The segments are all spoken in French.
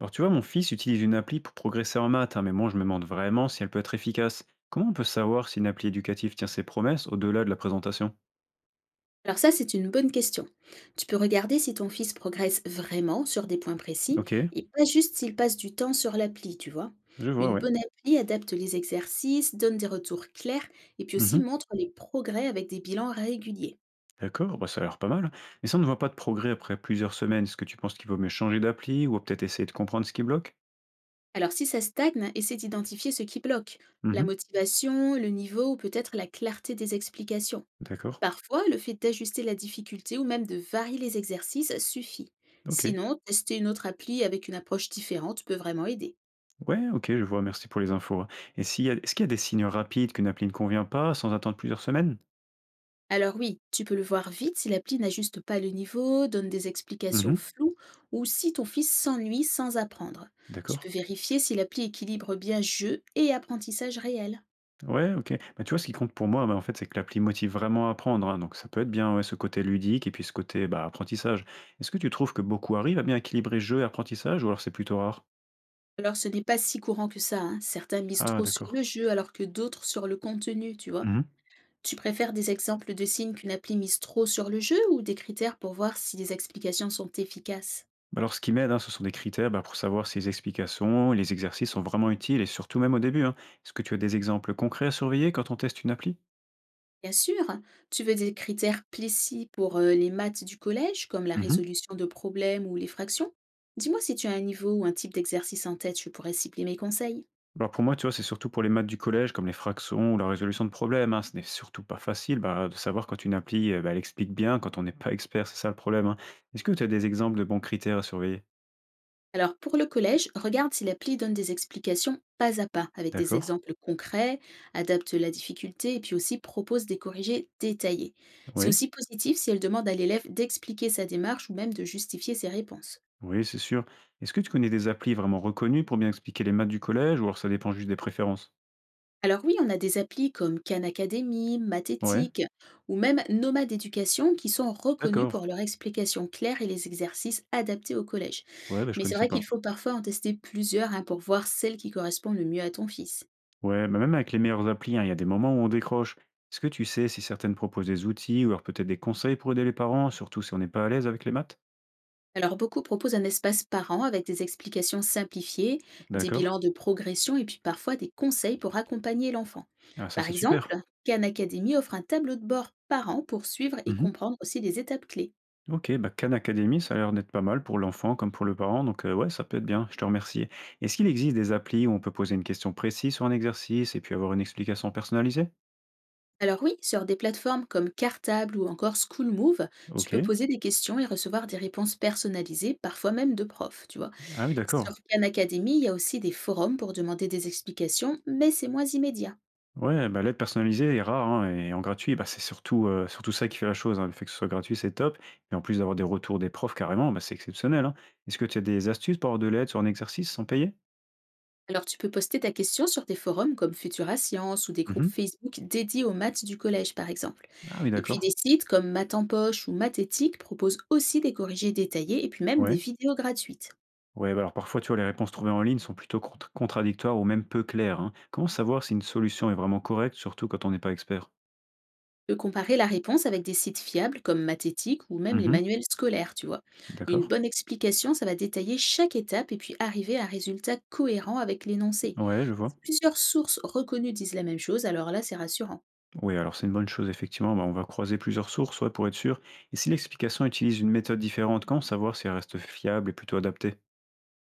Alors tu vois, mon fils utilise une appli pour progresser en maths, hein, mais moi je me demande vraiment si elle peut être efficace. Comment on peut savoir si une appli éducative tient ses promesses au-delà de la présentation. Alors ça, c'est une bonne question. Tu peux regarder si ton fils progresse vraiment sur des points précis Ok, et pas juste s'il passe du temps sur l'appli, tu vois. je vois, Une ouais. bonne appli adapte les exercices, donne des retours clairs et puis aussi Mhm. montre les progrès avec des bilans réguliers. D'accord, bah, ça a l'air pas mal. Mais si on ne voit pas de progrès après plusieurs semaines, est-ce que tu penses qu'il vaut mieux changer d'appli ou peut-être essayer de comprendre ce qui bloque. Alors si ça stagne, essaie d'identifier ce qui bloque. La Mhm. motivation, le niveau ou peut-être la clarté des explications. D'accord, Parfois, le fait d'ajuster la difficulté ou même de varier les exercices suffit. ok. Sinon, tester une autre appli avec une approche différente peut vraiment aider. Ouais, ok, je vois, merci pour les infos. Et est-ce qu'il y a des signes rapides qu'une appli ne convient pas sans attendre plusieurs semaines. Alors oui, tu peux le voir vite si l'appli n'ajuste pas le niveau, donne des explications Mhm. floues ou si ton fils s'ennuie sans apprendre. Tu D'accord. peux vérifier si l'appli équilibre bien jeu et apprentissage réel. Ouais, OK. Bah, tu vois, ce qui compte pour moi, bah, en fait, c'est que l'appli motive vraiment à apprendre, hein. Donc ça peut être bien, ouais, ce côté ludique et puis ce côté, bah, apprentissage. Est-ce que tu trouves que beaucoup arrivent à bien équilibrer jeu et apprentissage ou alors c'est plutôt rare? Alors ce n'est pas si courant que ça, hein. Certains misent Ah trop sur le d'accord. jeu alors que d'autres sur le contenu, tu vois. Mmh. Tu préfères des exemples de signes qu'une appli mise trop sur le jeu ou des critères pour voir si les explications sont efficaces? Bah, alors ce qui m'aide, hein, ce sont des critères, bah, pour savoir si les explications et les exercices sont vraiment utiles et surtout même au début, hein. Est-ce que tu as des exemples concrets à surveiller quand on teste une appli? Bien sûr, tu veux des critères précis pour les maths du collège, comme la Mmh. résolution de problèmes ou les fractions? Dis-moi si tu as un niveau ou un type d'exercice en tête, je pourrais cibler mes conseils. Alors pour moi, tu vois, c'est surtout pour les maths du collège, comme les fractions ou la résolution de problèmes, hein. Ce n'est surtout pas facile bah, de savoir quand une appli bah, elle explique bien, quand on n'est pas expert, c'est ça le problème, hein. Est-ce que tu as des exemples de bons critères à surveiller. Alors pour le collège, regarde si l'appli donne des explications pas à pas, avec des D'accord. exemples concrets, adapte la difficulté et puis aussi propose des corrigés détaillés. C'est Oui, aussi positif si elle demande à l'élève d'expliquer sa démarche ou même de justifier ses réponses. oui, c'est sûr. Est-ce que tu connais des applis vraiment reconnues pour bien expliquer les maths du collège, ou alors ça dépend juste des préférences. Alors oui, on a des applis comme Khan Academy, Ouais, Mathétique ou même Nomade Éducation qui sont reconnues d'accord. pour leur explication claire et les exercices adaptés au collège. Ouais, bah, je Mais c'est connaissais vrai qu'il pas. faut parfois en tester plusieurs hein, pour voir celle qui correspond le mieux à ton fils. Ouais, bah, même avec les meilleures applis, hein, il y a des moments où on décroche. Est-ce que tu sais si certaines proposent des outils ou alors peut-être des conseils pour aider les parents, surtout si on n'est pas à l'aise avec les maths. Alors beaucoup proposent un espace parent avec des explications simplifiées, des D'accord. bilans de progression et puis parfois des conseils pour accompagner l'enfant. Ah ça, Par c'est exemple, super. Khan Academy offre un tableau de bord parent pour suivre et Mmh. comprendre aussi les étapes clés. OK, bah, Khan Academy, ça a l'air d'être pas mal pour l'enfant comme pour le parent, donc ouais, ça peut être bien, je te remercie. Est-ce qu'il existe des applis où on peut poser une question précise sur un exercice et puis avoir une explication personnalisée? Alors oui, sur des plateformes comme Cartable ou encore Schoolmove, tu peux OK. poser des questions et recevoir des réponses personnalisées, parfois même de profs, tu vois. Ah oui, Sur d'accord. Khan Academy, il y a aussi des forums pour demander des explications, mais c'est moins immédiat. Ouais, bah, l'aide personnalisée est rare, hein et en gratuit, bah, c'est surtout, surtout ça qui fait la chose, hein. Le fait que ce soit gratuit, c'est top et en plus d'avoir des retours des profs carrément, bah, c'est exceptionnel, hein. Est-ce que tu as des astuces pour avoir de l'aide sur un exercice sans payer? Alors tu peux poster ta question sur des forums comme Futura Science ou des groupes Mmh. Facebook dédiés aux maths du collège, par exemple. Ah oui, Et puis des d'accord. sites comme Maths en Poche ou Mathétique proposent aussi des corrigés détaillés et puis même des Ouais. vidéos gratuites. Ouais, bah, alors parfois, tu vois, les réponses trouvées en ligne sont plutôt contradictoires ou même peu claires, hein. Comment savoir si une solution est vraiment correcte, surtout quand on n'est pas expert? Peut comparer la réponse avec des sites fiables comme Mathétique ou même les Mhm, manuels scolaires, tu vois. Une d'accord. bonne explication, ça va détailler chaque étape et puis arriver à un résultat cohérent avec l'énoncé. Ouais, je Si vois. plusieurs sources reconnues disent la même chose, alors là, c'est rassurant. Oui, alors c'est une bonne chose, effectivement. Bah, on va croiser plusieurs sources, ouais, pour être sûr. Et si l'explication utilise une méthode différente, comment savoir si elle reste fiable et plutôt adaptée?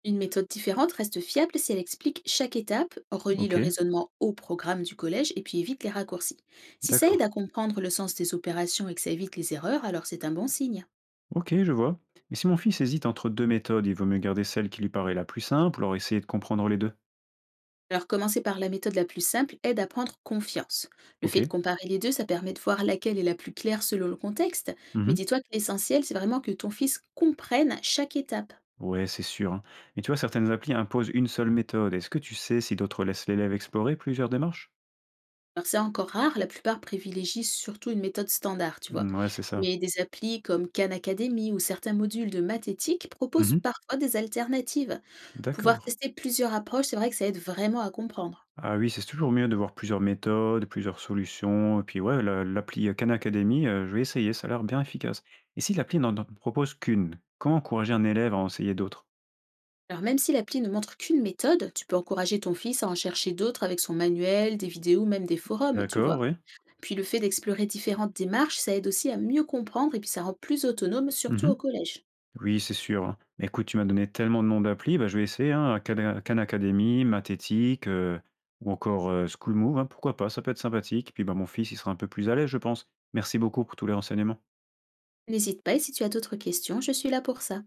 Une méthode différente reste fiable si elle explique chaque étape, relie le Ok, raisonnement au programme du collège et puis évite les raccourcis. Si ça aide d'accord. à comprendre le sens des opérations et que ça évite les erreurs, alors c'est un bon signe. Ok, je vois. Mais si mon fils hésite entre deux méthodes, il vaut mieux garder celle qui lui paraît la plus simple, alors essayer de comprendre les deux. Alors, commencer par la méthode la plus simple aide à prendre confiance. Le Ok. fait de comparer les deux, ça permet de voir laquelle est la plus claire selon le contexte, mais Mhm. dis-toi que l'essentiel, c'est vraiment que ton fils comprenne chaque étape. Ouais, c'est sûr, hein. Mais tu vois, certaines applis imposent une seule méthode. Est-ce que tu sais si d'autres laissent l'élève explorer plusieurs démarches? Alors, c'est encore rare, la plupart privilégient surtout une méthode standard, tu vois. Mm, ouais, c'est ça. Mais des applis comme Khan Academy ou certains modules de mathétiques proposent Mhm. parfois des alternatives. Pouvoir D'accord. tester plusieurs approches, c'est vrai que ça aide vraiment à comprendre. Ah oui, c'est toujours mieux de voir plusieurs méthodes, plusieurs solutions. Et puis ouais, l'appli Khan Academy, je vais essayer, ça a l'air bien efficace. Et si l'appli n'en propose qu'une, comment encourager un élève à en essayer d'autres? Alors même si l'appli ne montre qu'une méthode, tu peux encourager ton fils à en chercher d'autres avec son manuel, des vidéos, ou même des forums, tu D'accord, vois. oui. Puis le fait d'explorer différentes démarches, ça aide aussi à mieux comprendre et puis ça rend plus autonome, surtout Mhm. au collège. Oui, c'est sûr, hein. Mais écoute, tu m'as donné tellement de noms d'applis, bah, je vais essayer, hein, Khan Academy, Mathétique, ou encore, School Move, hein, pourquoi pas? Ça peut être sympathique. Puis, bah, mon fils, il sera un peu plus à l'aise, je pense. Merci beaucoup pour tous les renseignements. N'hésite pas et si tu as d'autres questions, je suis là pour ça.